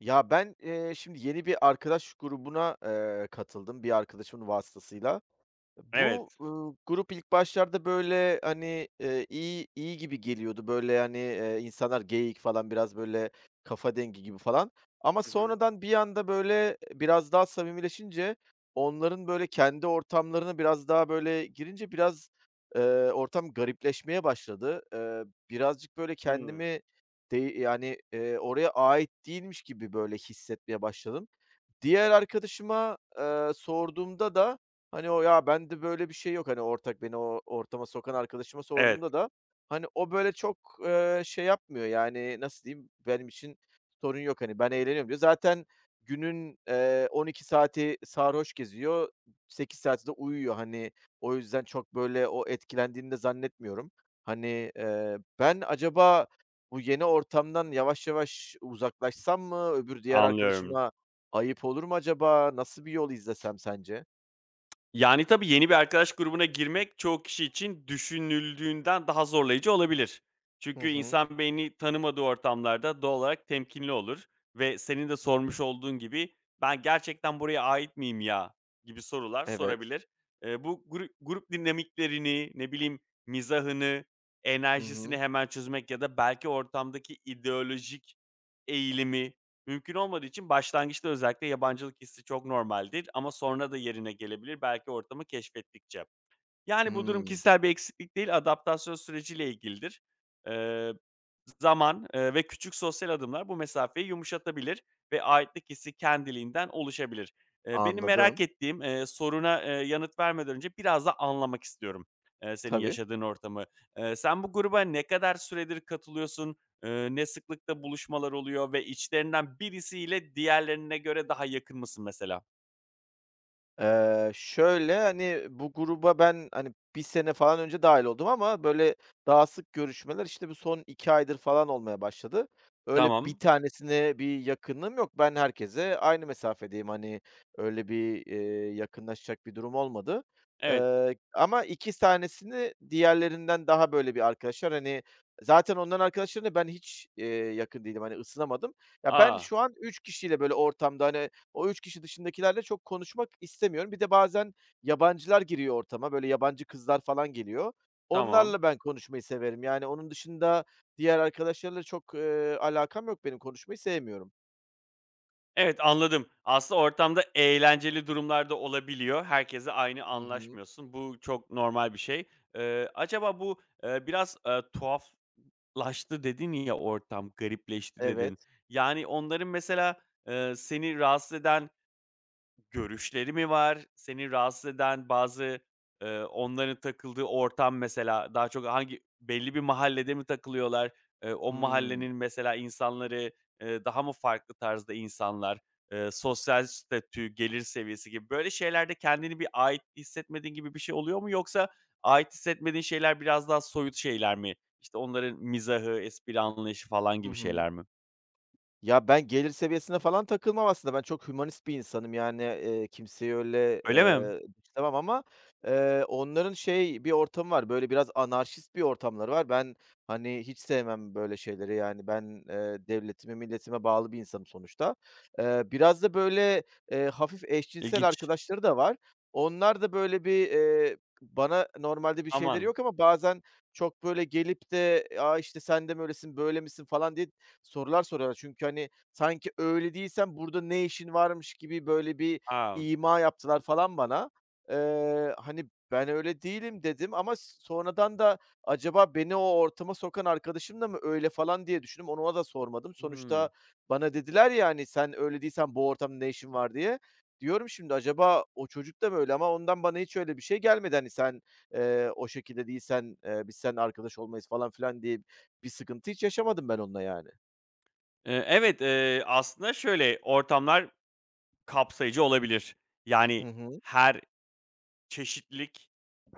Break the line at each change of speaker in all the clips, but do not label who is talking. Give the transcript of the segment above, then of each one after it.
Ya, ben, şimdi yeni bir arkadaş grubuna, katıldım bir arkadaşımın vasıtasıyla. Bu,
Evet.
grup ilk başlarda, böyle, hani, iyi iyi gibi geliyordu. Böyle, hani, insanlar geyik falan biraz, böyle, kafa dengi gibi falan ama
Hı hı.
sonradan bir anda, böyle, biraz daha samimileşince onların, böyle, kendi ortamlarına biraz daha, böyle, girince biraz, eee, ortam garipleşmeye başladı. Birazcık, böyle,
Hımm.
kendimi yani, oraya ait değilmiş gibi, böyle, hissetmeye başladım. Diğer arkadaşıma, sorduğumda da, hani, o "Ya, bende böyle bir şey yok." Hani, ortak beni o ortama sokan arkadaşıma sorduğumda
Evet,
da, hani, o böyle çok, şey yapmıyor, yani, nasıl diyeyim, benim için sorun yok, hani, ben eğleniyorum diyor. Zaten günün, 12 saati sarhoş geziyor, 8 saati de uyuyor. Hani, o yüzden çok böyle o etkilendiğini de zannetmiyorum. Hani, ben acaba bu yeni ortamdan yavaş yavaş uzaklaşsam mı? Öbür diğer
anlıyorum.
arkadaşıma ayıp olur mu acaba? Nasıl bir yol izlesem sence?
Yani, tabii yeni bir arkadaş grubuna girmek çoğu kişi için düşünüldüğünden daha zorlayıcı olabilir.
Hı
Çünkü
hı.
insan beyni tanımadığı ortamlarda doğal olarak temkinli olur ve senin de sormuş olduğun gibi, "Ben gerçekten buraya ait miyim ya?" gibi sorular
Evet.
sorabilir. Bu grup dinamiklerini, ne bileyim, mizahını,
Hı
enerjisini
hı.
hemen çözmek ya da belki ortamdaki ideolojik eğilimi mümkün olmadığı için başlangıçta özellikle yabancılık hissi çok normaldir ama sonra da yerine gelebilir belki ortamı keşfettikçe. Yani, bu durum
Hımm.
kişisel bir eksiklik değil, adaptasyon süreciyle ilgilidir. Eee, zaman, ve küçük sosyal adımlar bu mesafeyi yumuşatabilir ve aitlik hissi kendiliğinden oluşabilir. Benim merak
Anladım.
ettiğim, soruna, yanıt vermeden önce biraz da anlamak istiyorum, senin
Tabii.
yaşadığın ortamı. Sen bu gruba ne kadar süredir katılıyorsun? Ne sıklıkta buluşmalar oluyor ve içlerinden birisiyle diğerlerine göre daha yakın mısın mesela?
Şöyle, hani, bu gruba ben, hani, bir sene falan önce dâhil oldum ama böyle daha sık görüşmeler, işte, bu son 2 aydır falan olmaya başladı. Öyle bir
Tamam.
tanesine bir yakınlığım yok. Ben herkese aynı mesafedeyim. Hani, öyle bir, yakınlaşacak bir durum olmadı.
Evet.
Ama 2 tanesini diğerlerinden daha böyle bir arkadaşlar. Hani, zaten onların arkadaşlarıyla ben hiç, yakın değilim. Hani, ısınamadım. Ya, ben
A!
şu an 3 kişiyle böyle ortamda, hani, o 3 kişi dışındakilerle çok konuşmak istemiyorum. Bir de bazen yabancılar giriyor ortama, böyle yabancı kızlar falan geliyor.
Tamam.
Onlarla ben konuşmayı severim. Yani onun dışında diğer arkadaşlarla çok, alakam yok benim, konuşmayı sevmiyorum.
Evet, anladım. Aslında ortamda eğlenceli durumlar da olabiliyor. Herkese aynı
Hı hı.
anlaşmıyorsun. Bu çok normal bir şey. Acaba bu, biraz, "tuhaflaştı" dedin ya, "ortam garipleşti" dedin.
Evet.
Yani onların mesela, seni rahatsız eden görüşleri mi var? Seni rahatsız eden bazı, onların takıldığı ortam mesela daha çok hangi belli bir mahallede mi takılıyorlar? O
Hımm.
mahallenin mesela insanları, daha mı farklı tarzda insanlar? Sosyal statü, gelir seviyesi gibi böyle şeylerde kendini bir ait hissetmediğin gibi bir şey oluyor mu? Yoksa ait hissetmediğin şeyler biraz daha soyut şeyler mi? İşte, onların mizahı, espri anlayışı falan
Hı
gibi
hı.
şeyler mi?
Ya, ben gelir seviyesine falan takılmam aslında. Ben çok hümanist bir insanım. Yani, kimseyi öyle,
Öyle mi?
dışlamam ama, onların şey bir ortamı var, böyle biraz anarşist bir ortamları var. Ben, hani, hiç sevmem böyle şeyleri. Yani, ben, devletime, milletime bağlı bir insanım sonuçta. Biraz da böyle, hafif eşcinsel
İlginç.
arkadaşları da var. Onlar da böyle bir, bana normalde bir şeyleri
Aman.
yok ama bazen çok böyle gelip de, "A, işte, sen de mi öylesin, böyle misin?" falan diye sorular soruyorlar. Çünkü, hani, sanki öyle değilsen burada ne işin varmış gibi böyle bir
A!
ima yaptılar falan bana. Hani, ben öyle değilim dedim ama sonradan da acaba beni o ortama sokan arkadaşım da mı öyle falan diye düşündüm. Onu ona da sormadım.
Hıı.
Sonuçta bana dediler ya, hani, "Sen öyle değilsen bu ortamda ne işin var?" diye. Diyorum şimdi acaba o çocuk da mı öyle ama ondan bana hiç öyle bir şey gelmedi. Hani, "Sen, o şekilde değilsen, biz seninle arkadaş olmayız." falan filan diye bir sıkıntı hiç yaşamadım ben onunla yani.
Evet, aslında şöyle, ortamlar kapsayıcı olabilir. Yani
Hı hı.
her çeşitlilik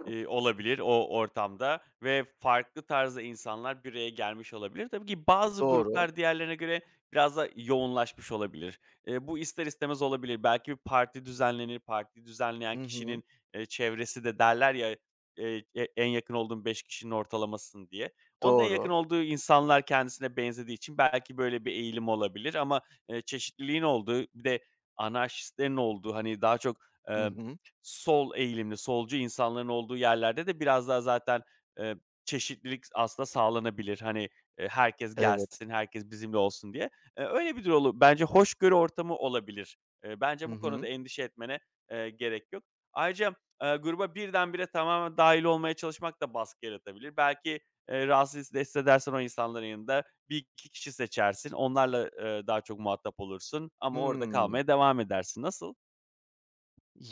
Olabilir o ortamda ve farklı tarzda insanlar bir araya gelmiş olabilir. Tabii ki bazı
Doğru.
gruplar diğerlerine göre biraz da yoğunlaşmış olabilir. Bu ister istemez olabilir. Belki bir parti düzenlenir, parti düzenleyen
Hı hı.
kişinin, çevresi de derler ya, "E en yakın olduğun 5 kişinin ortalamasısın." diye. Onun en yakın
Doğru.
olduğu insanlar kendisine benzediği için belki böyle bir eğilim olabilir ama, çeşitliliğin olduğu, bir de anarşistlerin olduğu, hani, daha çok,
Hı hı.
sol eğilimli, solcu insanların olduğu yerlerde de biraz daha zaten, eee, çeşitlilik aslında sağlanabilir. Hani, herkes
Evet.
gelsin, herkes bizimle olsun diye. Öyle bir bence hoşgörü ortamı olabilir. Bence
Hı
bu konuda
hı.
endişe etmene, gerek yok. Ayrıca, gruba birdenbire tamamen dahil olmaya çalışmak da baskı yaratabilir. Belki, rahatsız da hissedersen o insanların yanında bir 2 kişi seçersin. Onlarla, daha çok muhatap olursun ama orada
Hıı.
kalmaya devam edersin. Nasıl?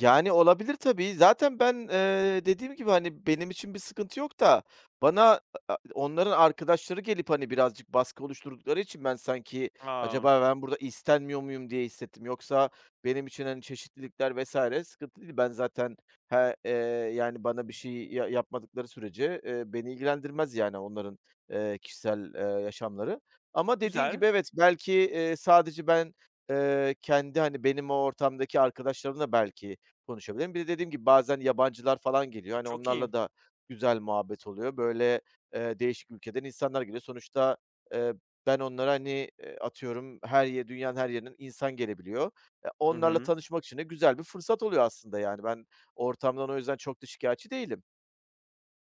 Yani, olabilir tabii. Zaten ben, dediğim gibi, hani, benim için bir sıkıntı yok da bana onların arkadaşları gelip, hani, birazcık baskı oluşturdukları için ben sanki
A,
acaba ben burada istenmiyor muyum diye hissettim. Yoksa benim için, hani, çeşitlilikler vesaire sıkıntı değil. Ben zaten he eee, yani, bana bir şey yapmadıkları sürece, beni ilgilendirmez, yani, onların, kişisel, yaşamları. Ama dediğin
güzel.
gibi evet, belki, sadece ben, kendi, hani, benim o ortamdaki arkadaşlarımla belki konuşabilirim. Bir de dediğim gibi bazen yabancılar falan geliyor.
E,
Hani
çok iyi.
onlarla da güzel muhabbet oluyor. Böyle, değişik ülkeden insanlar geliyor. Sonuçta, eee, ben onlara, hani, atıyorum her yer, dünyanın her yerinden insan gelebiliyor. E,
Hı
onlarla
hı.
tanışmak için de güzel bir fırsat oluyor aslında yani. Ben ortamdan o yüzden çok da şikâyetçi değilim.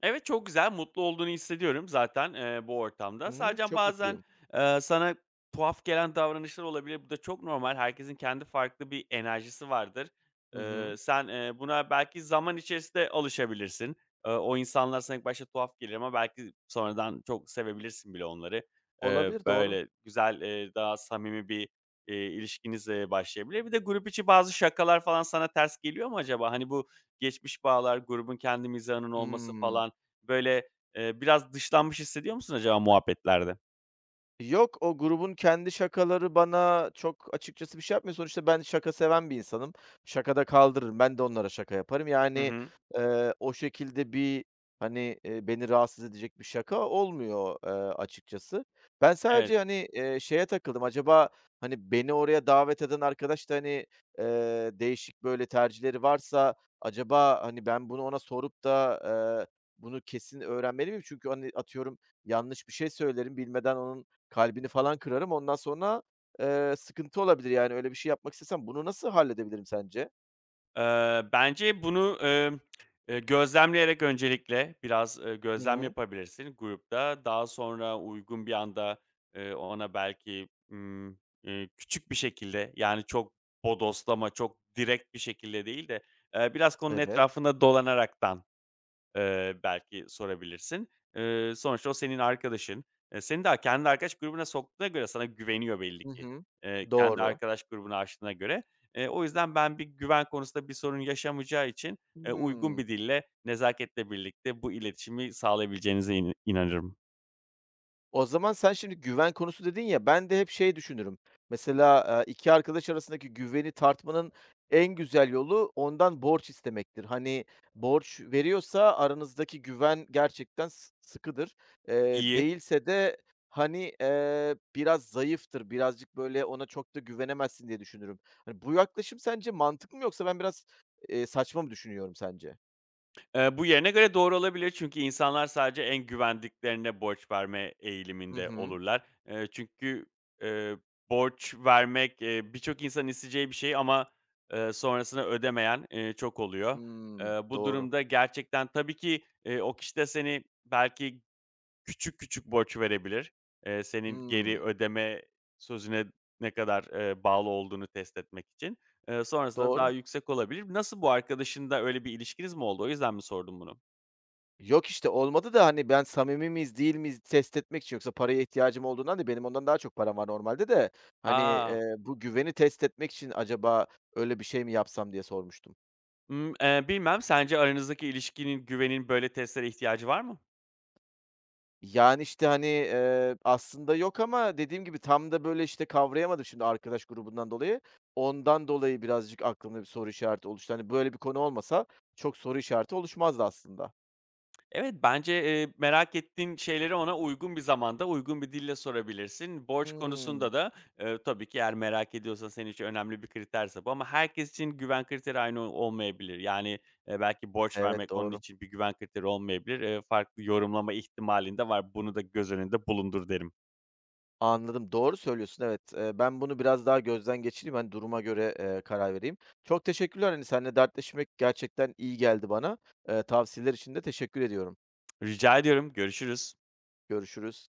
Evet, çok güzel, mutlu olduğunu hissediyorum zaten, bu ortamda.
Hı hı.
Sadece
Çok
bazen,
mutluyum.
eee, sana tuhaf gelen davranışlar olabilir. Bu da çok normal. Herkesin kendi farklı bir enerjisi vardır.
Hı
Eee,
hı.
sen, buna belki zaman içerisinde alışabilirsin. O insanlar sana ilk başta tuhaf gelir ama belki sonradan çok sevebilirsin bile onları. Eee,
Olabilir, doğru.
böyle güzel, daha samimi bir, ilişkiniz, başlayabilir. Bir de grup içi bazı şakalar falan sana ters geliyor mu acaba? Hani, bu geçmiş bağlar, grubun kendi mizahının olması
Hıı.
falan, böyle, biraz dışlanmış hissediyor musun acaba muhabbetlerde?
Yok, o grubun kendi şakaları bana çok açıkçası bir şey yapmıyor. Sonuçta ben şaka seven bir insanım. Şakada kaldırırım. Ben de onlara şaka yaparım.
Hı
Yani,
hı.
o şekilde bir, hani, beni rahatsız edecek bir şaka olmuyor, açıkçası. Ben
Evet.
sadece, hani, şeye takıldım. Acaba, hani, beni oraya davet eden arkadaş da, hani, eee, değişik böyle tercihleri varsa acaba, hani, ben bunu ona sorup da, eee, bunu kesin öğrenmeli miyim? Çünkü, hani, atıyorum yanlış bir şey söylerim, bilmeden onun kalbini falan kırarım. Ondan sonra, sıkıntı olabilir, yani, öyle bir şey yapmak istesem bunu nasıl halledebilirim sence?
Bence bunu, gözlemleyerek öncelikle biraz,
Hı
gözlem
hı.
yapabilirsin grupta. Daha sonra uygun bir anda, ona belki, küçük bir şekilde, yani, çok bodoslama, çok direkt bir şekilde değil de, biraz konunun
Evet.
etrafında dolanaraktan belki sorabilirsin. Sonuçta o senin arkadaşın. Seni daha kendi arkadaş grubuna soktuğuna göre sana güveniyor belli
Hı
ki.
hı.
Kendi
Doğru.
arkadaş grubunu açtığına göre. O yüzden ben bir güven konusunda bir sorun yaşamayacağı için, uygun
Hıı.
bir dille, nezaketle birlikte bu iletişimi sağlayabileceğinize inanırım.
O zaman sen şimdi güven konusu dedin ya, ben de hep şey düşünürüm. Mesela, 2 arkadaş arasındaki güveni tartmanın en güzel yolu ondan borç istemektir. Hani, borç veriyorsa aranızdaki güven gerçekten sıkıdır.
İyi.
Değilse de, hani, biraz zayıftır. Birazcık böyle ona çok da güvenemezsin diye düşünürüm. Hani, bu yaklaşım sence mantıklı mı yoksa ben biraz, saçma mı düşünüyorum sence?
Bu yerine göre doğru olabilir çünkü insanlar sadece en güvendiklerine borç verme
Hı
eğiliminde
hı.
olurlar. Çünkü, eee, borç vermek, birçok insanın isteyeceği bir şey ama, sonrasını ödemeyen, çok oluyor. Eee,
Hımm.
bu
Doğru.
durumda gerçekten tabii ki, o kişi de seni belki küçük küçük borç verebilir. Senin geri
Hımm.
ödeme sözüne ne kadar, bağlı olduğunu test etmek için. Sonrasında daha
Doğru.
yüksek olabilir. Nasıl bu arkadaşınla öyle bir ilişkiniz mi oldu? O yüzden mi sordum bunu?
Yok işte, olmadı da, hani, ben samimi miyiz, değil miyiz test etmek için yoksa paraya ihtiyacım olduğundan değil, benim ondan daha çok param var normalde de, hani,
A!
bu güveni test etmek için acaba öyle bir şey mi yapsam diye sormuştum.
Bilmem. Sence aranızdaki ilişkinin, güvenin böyle testlere ihtiyacı var mı?
Yani, işte, hani, aslında yok ama dediğim gibi tam da, böyle, işte, kavrayamadım şimdi arkadaş grubundan dolayı. Ondan dolayı birazcık aklımda bir soru işareti oluştu. Hani, böyle bir konu olmasa çok soru işareti oluşmazdı aslında.
Evet, bence, merak ettiğin şeyleri ona uygun bir zamanda, uygun bir dille sorabilirsin. Borç
Hımm.
konusunda da, tabii ki eğer merak ediyorsan senin için önemli bir kriterse bu ama herkes için güven kriteri aynı olmayabilir. Yani, belki borç vermek
Evet,
onun
doğru.
için bir güven kriteri olmayabilir. Farklı yorumlama ihtimalinde var. Bunu da göz önünde bulundur derim.
Anladım, doğru söylüyorsun, evet. Ben bunu biraz daha gözden geçireyim, hani, duruma göre, karar vereyim. Çok teşekkürler, hani, seninle dertleşmek gerçekten iyi geldi bana. Tavsiyeler için de teşekkür ediyorum.
Rica ediyorum, görüşürüz.
Görüşürüz.